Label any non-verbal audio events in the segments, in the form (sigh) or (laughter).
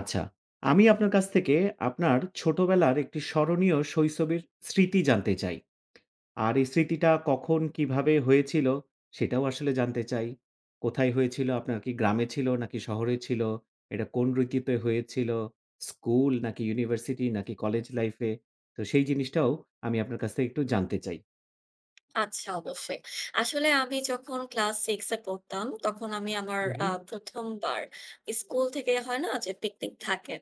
আচ্ছা। আমি আপনার কাছ থেকে আপনার ছোটবেলার একটি স্মরণীয় শৈশবের স্মৃতি জানতে চাই। আর এই স্মৃতিটা কখন কিভাবে হয়েছিল সেটাও আসলে জানতে চাই। কোথায় হয়েছিল? আপনার কি গ্রামে ছিল নাকি শহরে ছিল? এটা কোন ঋতুতে হয়েছিল? স্কুল নাকি ইউনিভার্সিটি নাকি কলেজ লাইফ এ? তো সেই জিনিসটাও আমি আপনার কাছ থেকে একটু জানতে চাই। আচ্ছা অবশ্যই। আসলে আমি যখন ক্লাস 6 এ পড়তাম, তখন আমি আমার হু, হু, ১ম বার স্কুল থেকে হয় না যে পিকনিক থাকে।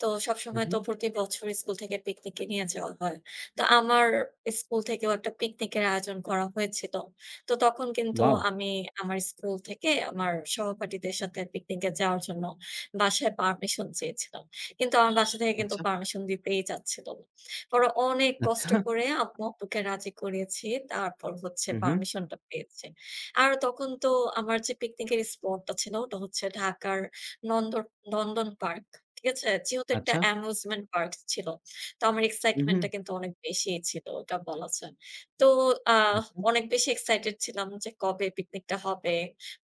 তো হু, সবসময় হু। তো প্রতি বছর স্কুল থেকে পিকনিকে নিয়ে যাওয়া হয়। তো আমার স্কুল থেকেও একটা পিকনিকের আয়োজন করা হয়েছিল। তো তখন কিন্তু ওয়াও! আমি আমার স্কুল থেকে আমার সহপাঠীদের সাথে পিকনিকে যাওয়ার জন্য বাসায় পারমিশন চেয়েছিলাম। কিন্তু আমার বাসা থেকে কিন্তু আচ্ছা, পারমিশন দিতেই চাচ্ছিল না। পরে অনেক কষ্ট আচ্ছা। করে আম্মু আব্বুকে রাজি করিয়েছি। তারপর হচ্ছে হু, হু। পারমিশনটা পেয়েছি। আর তখন তো আমার যে পিকনিকের স্পটটা ছিল ওটা হচ্ছে ঢাকার নন্দন নন্দন পার্ক। ঠিক আছে? যেহেতু একটা আচ্ছা। অ্যামিউজমেন্ট পার্ক ছিল। তো আমার হু, হু। এক্সাইটমেন্টটা কিন্তু অনেক বেশিই ছিল ওটা বলা যায়। তো আ আচ্ছা। অনেক বেশি এক্সাইটেড ছিলাম যে কবে পিকনিকটা হবে,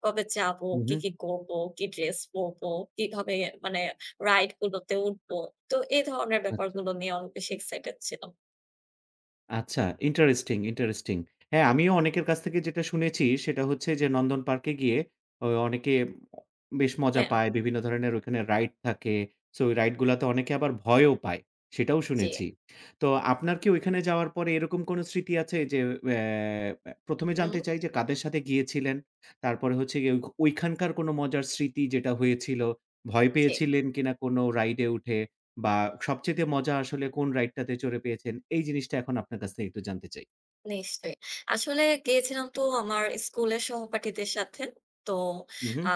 কবে যাবো, হু, কি, হু। কি করব, কি ড্রেস পরব, কিভাবে মানে রাইড গুলোতে উঠবো। তো এই ধরনের আ ব্যাপারগুলো নিয়ে অনেক বেশি এক্সাইটেড ছিলাম। আচ্ছা, ইন্টারেস্টিং, ইন্টারেস্টিং। হ্যাঁ, জি, আমিও অনেকের কাছ থেকে যেটা শুনেছি সেটা হচ্ছে যে নন্দন পার্কে গিয়ে অনেকে বেশ মজা হ্যাঁ, পায়। বিভিন্ন ধরনের ওখানে রাইড থাকে। সো ওই রাইড গুলাতে অনেকে আবার ভয়ও পায়। সেটাও জি, শুনেছি। তো আপনার কি ওইখানে যাওয়ার পরে এরকম কোনো স্মৃতি আছে যে অ্যা প্রথম এ উহু, জানতে চাই যে কাদের সাথে গিয়েছিলেন? তারপরে হচ্ছে গিয়ে ওইখানকার কোনো মজার স্মৃতি যেটা হয়েছিল? ভয় জি। পেয়েছিলেন কিনা কোনো রাইড এ উঠে? বা সবচাইতে মজা আসলে কোন রাইডটাতে চড়ে পেয়েছেন? এই জিনিসটা এখন আপনার কাছ থেকে একটু জানতে চাই। নিশ্চয়ই। আসলে গিয়েছিলাম তো আমার স্কুলের সহপাঠীদের সাথে। তো হু, হু, আ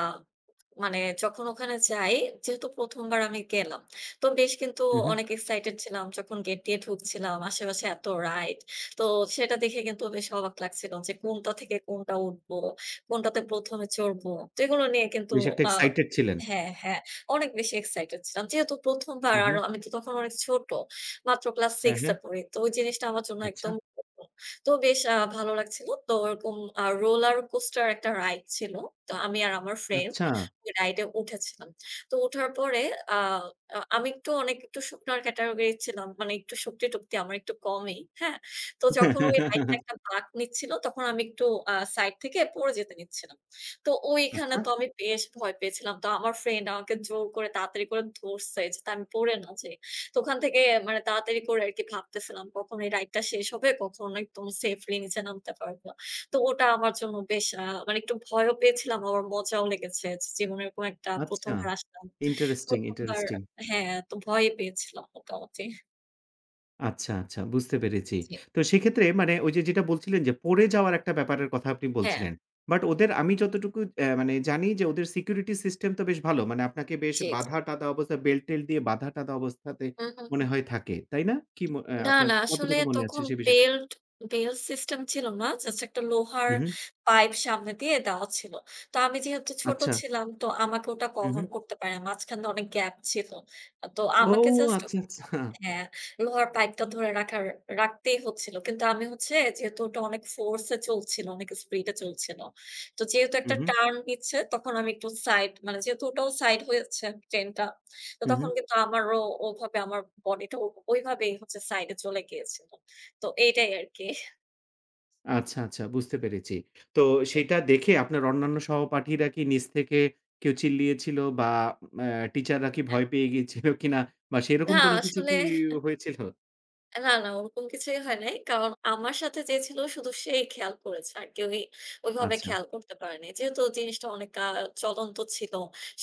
মানে যখন ওখানে যাই, যেহেতু ১ম বার আমি গেলাম। তো বেশ কিন্তু হু, হু। অনেক এক্সাইটেড ছিলাম। যখন গেট দিয়ে ঢুকছিলাম, আশেপাশে এত রাইড। তো সেটা দেখে কিন্তু বেশ অবাক লাগছিল যে কোনটা থেকে কোনটা উঠবো, কোনটাতে ১ম এ চড়বো। তো এগুলো নিয়ে কিন্তু বেশ একটা আ এক্সাইটেড ছিলেন। হ্যাঁ, হ্যাঁ, অনেক বেশি এক্সাইটেড ছিলাম। যেহেতু ১ম বার হু, আর হু। আমি তো তখন অনেক ছোট। মাত্র ক্লাস 6 হ্যাঁ, এ হ্যাঁ। পড়ি। তো ওই জিনিসটা আমার জন্য আচ্ছা, একদম তো বেশ ভালো লাগছিল। তো ওরকম রোলার কোস্টার একটা রাইড ছিল। তো আমি আর আমার ফ্রেন্ড আচ্ছা। ওই রাইড এ উঠেছিলাম। তো উঠার পরে আ আ আমি একটু অনেক একটু শুকনার ক্যাটাগরির ছিলাম। মানে একটু শক্তি-টক্তি আমার একটু কমই, হ্যাঁ? তো যখন ওই রাইডটা একটা (laughs) বাঁক নিচ্ছিল তখন আমি একটু সাইড থেকে পড়ে যেতে নিচ্ছিলাম। তো ওইখানে আচ্ছা, তো আমি বেশ ভয় পেয়েছিলাম। তো আমার ফ্রেন্ড আমাকে জোর করে তাড়াতাড়ি করে ধরছে যাতে আমি পড়ে না যাই। তো ওখান থেকে মানে তাড়াতাড়ি করে আরকি ভাবতেছিলাম কখন এই রাইডটা শেষ হবে, কখন একদম সেফলি নিচে নামতে পারব। তো ওটা আমার জন্য বেশ মানে একটু ভয়ও পেয়েছিলাম আবার মজাও লেগেছে। যে জীবনে এরকম একটা ১ম আচ্ছা। বার আসলাম। ইন্টারেস্টিং, ১ম বার ইন্টারেস্টিং। হ্যাঁ, তো ভয়ই পেয়েছিলাম মোটামুটি। আচ্ছা, আচ্ছা বুঝতে পেরেছি। জি। তো সেক্ষেত্রে মানে ওই যে যেটা বলছিলেন যে পড়ে যাওয়ার একটা ব্যাপারের কথা আপনি হ্যাঁ। বলছিলেন। বাট ওদের আমি যতটুকু মানে জানি যে ওদের সিকিউরিটি সিস্টেম তো বেশ ভালো। মানে আপনাকে বেশ জি, জি। বাঁধা-টাঁধা অবস্থায় বেল্ট-টেল দিয়ে বাঁধা-টাঁধা অবস্থাতে হুম, হুম। মনে হয় থাকে। তাই না? কি ম অ্যা না, আপনার না। আসলে কতটুকু মনে আছে তখন সেই বিষয়টা? বেল্ট সিস্টেম ছিল না। জাস্ট একটা লোহার হু, হু। পাইপ সামনে দিয়ে দেওয়া ছিল। তো আমি যেহেতু ছোট আচ্ছা। ছিলাম, তো আমাকে ওটা হু, হু। কভার করতে পারে না। মাঝখানে অনেক গ্যাপ ছিল। তো ও আমাকে জাস্ট আচ্ছা, আচ্ছা। হ্যাঁ, লোহার পাইপটা ধরে রাখতেই হচ্ছিল। কিন্তু আমি হচ্ছে যেহেতু ওটা অনেক ফোর্স এ চলছিল, অনেক স্পিড এ চলছিল। তো যেহেতু হু, একটা হু, টার্ন নিচ্ছে তখন আমি একটু সাইড মানে যেহেতু ওটাও সাইড হয়েছে ট্রেনটা। তো হু, হু। তখন কিন্তু আমারও ওভাবে আমার বডিটা ও ওইভাবেই হচ্ছে সাইড এ চলে গিয়েছিল। তো এইটাই আরকি। আচ্ছা, আচ্ছা বুঝতে পেরেছি। তো সেটা দেখে আপনার অন্যান্য সহপাঠীরা কি নিজ থেকে কেউ চিল্লিয়েছিল বা আ টিচাররা কি হ্যাঁ, ভয় পেয়ে গিয়েছিল কিনা বা না সেরকম কোনো কিছু আসলে কি হয়েছিল? না, না ওরকম কিছুই হয় নাই। কারণ আমার সাথে যে ছিল শুধু সেই খেয়াল করেছে। আর কেউই ওইভাবে আচ্ছা। খেয়াল করতে পারেনি। যেহেতু জিনিসটা অনেক চলন্ত ছিল।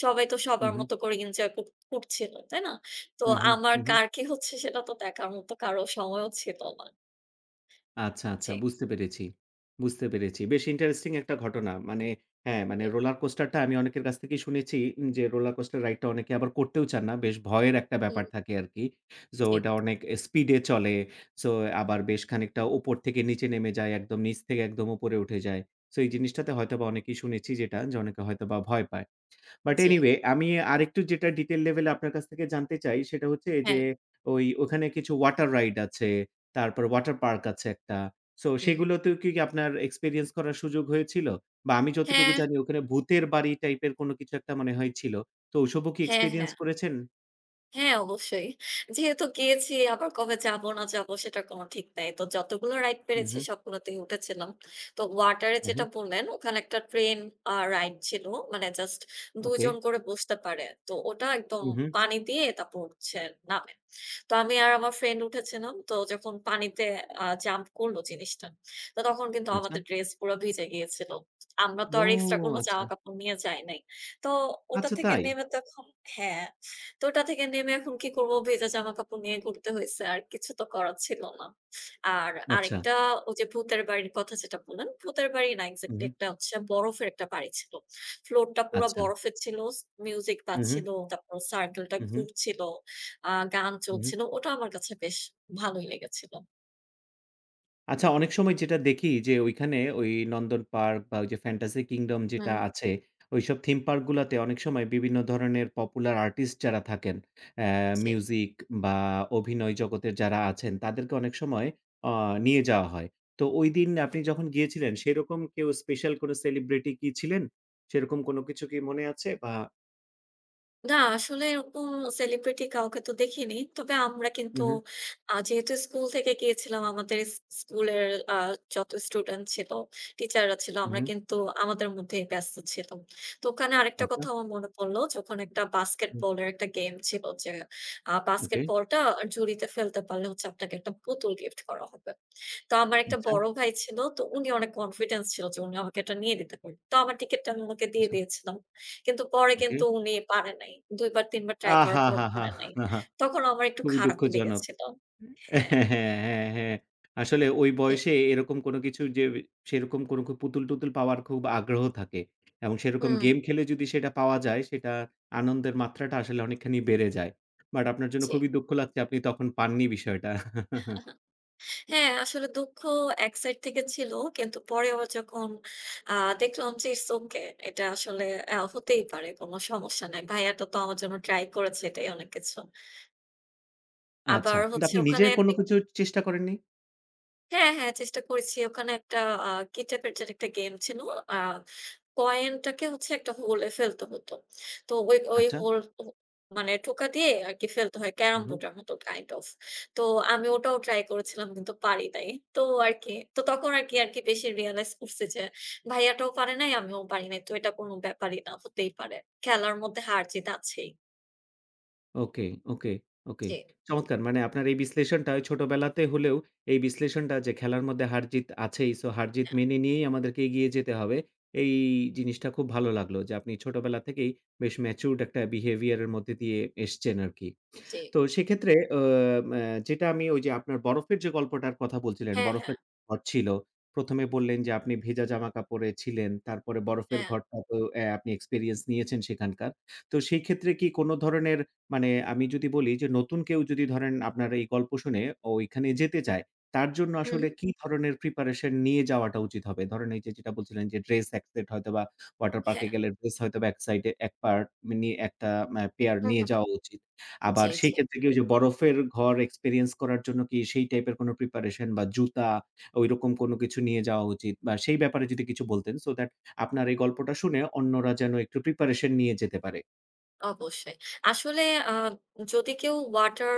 সবাই তো হু, সবার হু, মতো করে এনজয় করছিল। তাই না? তো হু, হু, আমার হু, হু। কার কি হচ্ছে সেটা তো দেখার মতো কারো সময়ও ছিল না। আচ্ছা, জি। আচ্ছা বুঝতে পেরেছি, বুঝতে পেরেছি। বেশ ইন্টারেস্টিং একটা ঘটনা। মানে হ্যাঁ, মানে রোলার কোস্টারটা আমি অনেকের কাছ থেকেই শুনেছি, যে রোলার কোস্টার রাইডটা অনেকে আবার করতেও চান না। বেশ ভয়ের একটা হুম, ব্যাপার থাকে আরকি। সো ঠিক। ওটা অনেক স্পিডে চলে। সো আবার বেশ খানিকটা উপর থেকে নিচে নেমে যায়। একদম নিচ থেকে একদম উপরে উঠে যায়। সো এই জিনিসটাতে হয়তোবা অনেকেই শুনেছি যেটা যে অনেকে হয়তোবা ভয় পায়। But G. এনিওয়ে আমি আরেকটু যেটা ডিটেইল লেভেলে আপনার কাছ থেকে জানতে চাই সেটা হচ্ছে যে হ্যাঁ। ওখানে কিছু ওয়াটার রাইড আছে, তারপর ওয়াটার পার্ক আছে একটা। সো হুম। সেগুলোতেও কি আপনার এক্সপেরিয়েন্স করার সুযোগ হয়েছিল? বা আমি যতটুকু হ্যাঁ, জানি ওখানে ভূতের বাড়ি টাইপের কোনো কিছু একটা মনে হয় ছিল। তো ওসবও কি হ্যাঁ, হ্যাঁ। এক্সপেরিয়েন্স করেছেন? হ্যাঁ, অবশ্যই। যেহেতু গিয়েছি আবার কবে যাব না যাব সেটার কোনো ঠিক নাই। তো যতগুলো রাইড হুম, পেরেছি হুম। সবগুলোতেই উঠেছিলাম। তো ওয়াটারে হ্যাঁ, যেটা হ্যাঁ। বললেন ওখানে একটা ট্রেন রাইড ছিল। মানে জাস্ট ২ ওকে। জন করে বসতে পারে। তো ওটা একদম হুম, হুম। পানি দিয়ে তারপর হচ্ছে নামে। তো আমি আর আমার ফ্রেন্ড উঠেছিলাম। তো যখন পানিতে জাম্প করলো জিনিসটা, তো তখন কিন্তু আচ্ছা। আমাদের ড্রেস পুরা ভিজে গিয়েছিল। আমরা তো ও আর এক্সট্রা কোনো আচ্ছা। জামা কাপড় নিয়ে যাই নাই। তো ওটা আচ্ছা থেকে তাই? নেমে তখন হ্যাঁ। তো ওটা থেকে নেমে এখন কি করব? ভেজা জামাকাপড় নিয়ে ঘুরতে হইছে। আর কিছু তো করার ছিল না। আর আচ্ছা। আরেকটা ওই যে ভূতের বাড়ির কথা যেটা বললেন, ভূতের বাড়ি না হুম, এক্সাক্টলি হুম। একটা হচ্ছে বরফের একটা বাড়ি ছিল। ফ্লোরটা পুরা আচ্ছা। বরফের ছিল, মিউজিক হুম, হুম। বাজছিল, তারপর সার্কেলটা হুম, হুম। ঘুরছিল, গান হুম, হুম। চলছিল। ওটা আমার কাছে বেশ ভালোই লেগেছিল। আচ্ছা, অনেক সময় যেটা দেখি যে ঐখানে ওই নন্দন পার্ক বা ওই যে ফ্যান্টাসি কিংডম যেটা হুম। আছে, ওইসব থিম পার্ক গুলাতে অনেক সময় বিভিন্ন ধরনের পপুলার আর্টিস্ট যারা থাকেন, অ্যা জি। মিউজিক বা অভিনয় জগতের যারা আছেন, তাদেরকে অনেক সময় অ নিয়ে যাওয়া হয়। তো ঐদিন আপনি যখন গিয়েছিলেন, সেরকম কেউ স্পেশাল কোনো সেলিব্রিটি কি ছিলেন? সেরকম কোনো কিছু কি মনে আছে? বা না আসলে এরকম সেলিব্রিটি কাউকে তো দেখিনি। তবে আমরা কিন্তু উহু, যেহেতু স্কুল থেকে গিয়েছিলাম, আমাদের স্কুলের আ যত স্টুডেন্ট ছিল, টিচাররা ছিল, আমরা উহু, কিন্তু আমাদের মধ্যেই ব্যস্ত ছিলাম। তো ওখানে আরেকটা আচ্ছা, কথা আমার মনে পড়ল, যখন একটা হুম, বাস্কেটবলের একটা গেম ছিল যে, ওকে, বাস্কেটবলটা ঝুড়িতে ফেলতে পারলে হচ্ছে আপনাকে একটা পুতুল গিফট করা হবে। তো আমার একটা আচ্ছা, বড় ভাই ছিল। তো উনি অনেক কনফিডেন্স ছিল যে উনি আমাকে এটা নিয়ে দিতে পারবে। তো আমার টিকেটটা আমি উনাকে দিয়ে আচ্ছা, দিয়েছিলাম। কিন্তু পরে ওকে। কিন্তু উনি পারে নাই। ২ বার ৩ বার ট্রাই করার পরও আহাহাহা! পারে নাই। তখন আমার একটু খুবই খারাপই দুঃখজনক। লেগেছিল। হ্যাঁ, হ্যাঁ, হ্যাঁ, হ্যাঁ। আসলে ওই যে বয়সে এরকম কোনো কিছু যে সেরকম কোনো পুতুল-টুতুল পাওয়ার খুব আগ্রহ থাকে এবং সেরকম হুম, গেম খেলে যদি সেটা পাওয়া যায় সেটা আনন্দের মাত্রাটা আসলে অনেকখানি বেড়ে যায়। বাট আপনার জন্য জি। খুবই দুঃখ লাগছে আপনি তখন পাননি বিষয়টা। আহা হ্যাঁ, আসলে দুঃখ এক সাইড থেকে ছিল। কিন্তু পরে আবার যখন আ দেখলাম যে ইটস ওকে। এটা আসলে হতেই পারে। কোন সমস্যা নাই। ভাইয়াটা তো আমার জন্য ট্রাই করেছে এটাই অনেক কিছু। আচ্ছা। আবার কিন্তু হচ্ছে আপনি নিজে ওখানে কোনো কিছু চেষ্টা করেননি? হ্যাঁ, হ্যাঁ, চেষ্টা করেছি। ওখানে একটা কি টাইপের যেন একটা গেম ছিল। আ কয়েনটাকে হচ্ছে একটা হোলে ফেলতে হতো। তো ওই ওই আচ্ছা। হোল ও মানে টোকা দিয়ে আরকি ফেলতে হয় হু, ক্যারাম হু। বোর্ডের মতো কাইন্ড অফ। তো আমি ওটাও ট্রাই করেছিলাম কিন্তু পারি নাই। তো আরকি তো তখন আরকি বেশি রিয়ালাইজ করছি যে ভাইয়াটাও পারে নাই, আমিও পারি নাই। তো এটা কোনো ব্যাপারই না, হতেই পারে। খেলার মধ্যে হার-জিত আছেই। ওকে, ওকে, ওকে। জি, চমৎকার! মানে আপনার এই বিশ্লেষণটা ওই ছোটবেলাতে হলেও এই বিশ্লেষণটা যে খেলার মধ্যে হার-জিত আছেই। সো হার-জিত মেনে নিয়েই আমাদেরকে এগিয়ে যেতে হবে। এই জিনিসটা খুব ভালো লাগলো যে আপনি ছোটবেলা থেকেই বেশ ম্যাচিউরড একটা বিহেভিয়ার এর মধ্যে দিয়ে এসছেন আরকি। জি। তো সেক্ষেত্রে অ ম্যা যেটা আমি ওই যে আপনার বরফের যে গল্পটার কথা বলছিলেন, হ্যাঁ, হ্যাঁ, বরফের ঘর ছিল। প্রথম এ বললেন যে আপনি ভেজা জামাকাপড়ে ছিলেন। তারপরে বরফের হ্যাঁ। ঘরটা তো আপনি এক্সপেরিয়েন্স নিয়েছেন সেখানকার। তো সেই ক্ষেত্রে কি কোন ধরনের মানে আমি যদি বলি যে নতুন কেউ যদি ধরেন আপনার এই গল্প শুনে ওইখানে যেতে চায়, তার জন্য হুম, আসলে কি ধরনের প্রিপারেশন নিয়ে যাওয়াটা উচিত হবে? ধরেন এই যে যেটা বলছিলেন যে ড্রেস এক সেট হয়তোবা ওয়াটার পার্কে হ্যাঁ। গেলে ড্রেস হয়তোবা এক সাইডে এক পার্ট নিয়ে একটা পেয়ার হুম, নিয়ে হুম। যাওয়া উচিত। জি, আবার সেই জি। ক্ষেত্রে কি ওই যে বরফের ঘর এক্সপেরিয়েন্স করার জন্য কি সেই টাইপের কোন প্রিপারেশন বা জুতা ঐরকম কোনো কিছু নিয়ে যাওয়া উচিত? বা সেই ব্যাপারে যদি কিছু বলতেন সো দ্যাট আপনার এই গল্পটা শুনে অন্যরা যেন একটু প্রিপারেশন নিয়ে যেতে পারে। অবশ্যই। আসলে আ যদি কেউ ওয়াটার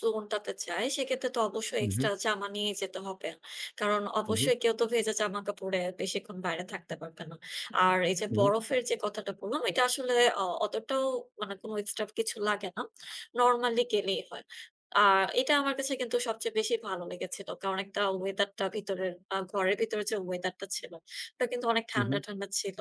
জোন টাতে যায়, সেক্ষেত্রে তো অবশ্যই হু, হু, এক্সট্রা জামা নিয়ে যেতে হবে। কারণ হু, অবশ্যই কেউ তো ভেজা জামাকাপড়ে বেশিক্ষণ বাইরে থাকতে পারবে না। আর এই যে হু, হু, বরফের যে কথাটা বললাম, এটা আসলে অতটাও মানে কোনো এক্সট্রা কিছু লাগে না। নরমালি গেলেই হয়। আর এটা আমার কাছে কিন্তু সবচেয়ে বেশি ভালো লেগেছিল। কারণ একটা ওয়েদারটা ভিতরের আ ঘরের ভিতরে যে ওয়েদারটা ছিল, ওটা কিন্তু অনেক হু, হু, ঠান্ডা, ঠান্ডা ছিল।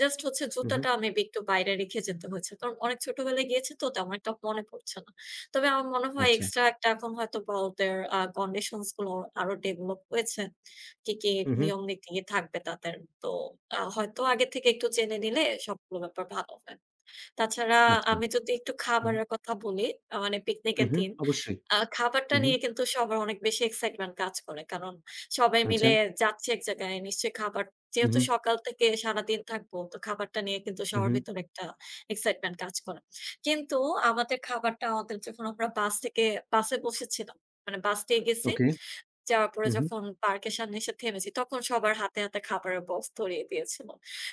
জাস্ট হচ্ছে হু, হু। জুতাটা মেবি একটু বাইরে রেখে যেতে হয়েছে। কারণ অনেক ছোটবেলায় গিয়েছি তো তেমন একটা মনে পড়ছে না। তবে আমার মনে হয় আচ্ছা। এক্সট্রা একটা এখন হয়তোবা ওদের কন্ডিশনস গুলো আরো ডেভেলপ হয়েছে। কি, কি হু, হু, নিয়ম নীতি থাকবে তাদের। তো হয়তো আগে থেকে একটু জেনে নিলে সবগুলো ব্যাপার ভালো হয়। তাছাড়া আচ্ছা। আমি যদি একটু হু, খাবারের কথা বলি, মানে হু, পিকনিকের হু, দিন, অবশ্যই। খাবারটা হু, হু, নিয়ে কিন্তু সবার অনেক বেশি এক্সাইটমেন্ট কাজ করে। কারণ সবাই আচ্ছা। মিলে যাচ্ছি এক জায়গায়, নিশ্চয়ই খাবার হু, যেহেতু হু, সকাল থেকে সারাদিন থাকবো, তো খাবারটা নিয়ে কিন্তু হু, সবার হু। ভেতরে একটা এক্সাইটমেন্ট কাজ করে। কিন্তু আমাদের যখন আমরা বাসে বসেছিলাম, মানে বাস পেয়ে গেছি ওকে। যাওয়ার পরে হু, হু, যখন পার্কের সামনে এসে থেমেছি, তখন সবার হাতে, হাতে খাবারের বক্স ধরিয়ে দিয়েছিল।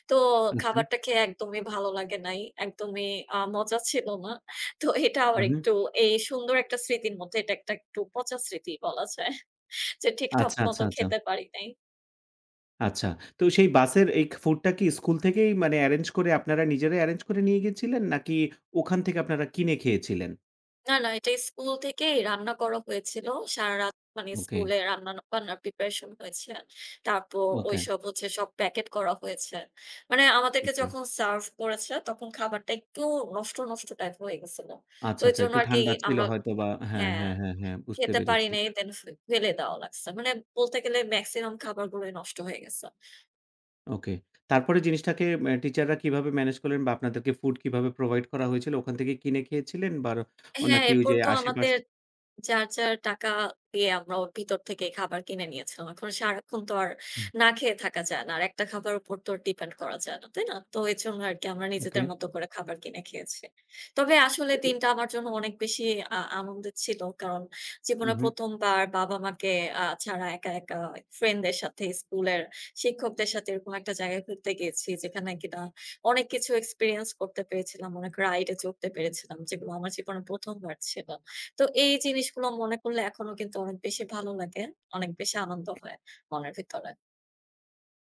তো আচ্ছা। খাবারটা খেয়ে একদমই ভালো লাগে নাই। একদমই মজা ছিল না। তো এটা হু, আবার হু। একটু এই সুন্দর একটা স্মৃতির মধ্যে এটা একটা একটু পচা স্মৃতি বলা যায়। যে ঠিকঠাক আচ্ছা, মতো আচ্ছা, আচ্ছা। খেতে পারি নাই। আচ্ছা। তো সেই বাসের এই ফুডটা কি স্কুল থেকেই মানে এরেঞ্জ করে আপনারা নিজেরাই এরেঞ্জ করে নিয়ে গেছিলেন? নাকি ওখান থেকে আপনারা কিনে খেয়েছিলেন? না, না এটা স্কুল থেকেই রান্না করা হয়েছিল। সারারাত মানে ওকে, স্কুলে রান্না-বান্নার প্রিপারেশন হয়েছে। তারপর ওকে, ঐসব হচ্ছে সব প্যাকেট করা হয়েছে। মানে আমাদেরকে ওকে। যখন সার্ভ করেছে তখন খাবারটা একটু নষ্ট, নষ্ট টাইপ হয়ে গেছিল। তো আচ্ছা, আচ্ছা এজন্য একটু আরকি ঠান্ডা ছিল আমরা হয়তোবা হ্যাঁ, হ্যাঁ, হ্যাঁ, হ্যাঁ, হ্যাঁ বুঝতে খেতে পারি পেরেছি। নাই দেন ফেলে দেওয়া লাগছে। মানে বলতে গেলে মেক্সিমাম খাবারগুলোই নষ্ট হয়ে গেছে। ওকে। তারপরে জিনিসটাকে টিচাররা কিভাবে ম্যানেজ করলেন বা আপনাদেরকে ফুড কিভাবে প্রোভাইড করা হয়েছিল? ওখান থেকে কিনে খেয়েছিলেন বা ও হ্যাঁ, নাকি ওই এরপর যে তো আমাদের আশেপাশে যার, যার টাকা দিয়ে আমরা ওর ভিতর থেকে খাবার কিনে নিয়েছিলাম। এখন সারাক্ষণ তো আর হুম, না খেয়ে থাকা যায় না। আর একটা খাবারের উপর তো আর ডিপেন্ড করা যায় না, তাই না? তো এজন্য আরকি আমরা ওকে। নিজেদের মতো করে খাবার কিনে খেয়েছি। তবে আসলে দিনটা আমার জন্য অনেক বেশি আনন্দের ছিল। কারণ হুম, জীবনে হুম। ১ম বার বাবা-মাকে ছাড়া একা, একা ফ্রেন্ডদের সাথে স্কুলের শিক্ষকদের সাথে এরকম একটা জায়গায় ঘুরতে গিয়েছি। যেখানে কিনা অনেক কিছু এক্সপেরিয়েন্স করতে পেরেছিলাম। অনেক রাইড এ চড়তে পেরেছিলাম। যেগুলো আমার জীবনে ১ম বার ছিল। তো এই জিনিসগুলো মনে করলে এখনো কিন্তু অনেক বেশি ভালো লাগে। অনেক বেশি আনন্দ হয় মনের ভিতরে।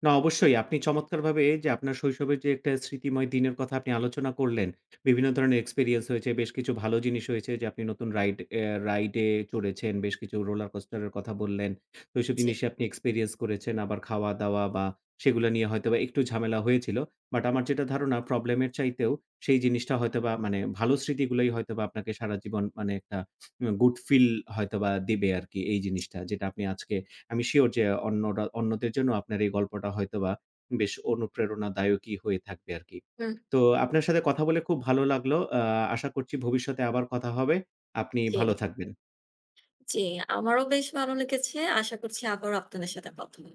না, অবশ্যই আপনি চমৎকারভাবে যে আপনার শৈশবের যে একটা স্মৃতিময় দিনের কথা আপনি আলোচনা করলেন। বিভিন্ন ধরনের এক্সপেরিয়েন্স হয়েছে, বেশ কিছু ভালো জিনিস হয়েছে যে আপনি নতুন রাইডে চড়েছেন, বেশ কিছু রোলার কোস্টারের কথা বললেন। তো এইসব জি, জিনিসই আপনি এক্সপেরিয়েন্স করেছেন। আবার খাওয়া-দাওয়া বা সেগুলা নিয়ে হয়তোবা একটু ঝামেলা হয়েছিল। বাট আমার যেটা ধারণা প্রবলেম এর চাইতেও সেই জিনিসটা হয়তোবা মানে ভালো স্মৃতিগুলোই হয়তোবা আপনাকে সারা জীবন মানে একটা গুড ফিল হয়তোবা দিবে আরকি এই জিনিসটা। যেটা আপনি আজকে আমি সিউর যে অন্যরা অন্যদের জন্য আপনার এই গল্পটা হয়তোবা বেশ অনুপ্রেরণাদায়কই হয়ে থাকবে আরকি। হুম। তো আপনার সাথে কথা বলে খুব ভালো লাগলো। আশা করছি ভবিষ্যতে আবার কথা হবে। আপনি জি, ভালো থাকবেন। জি। আমারও বেশ ভালো লেগেছে। আশা করছি আবারও আপনাদের সাথে কথা হবে।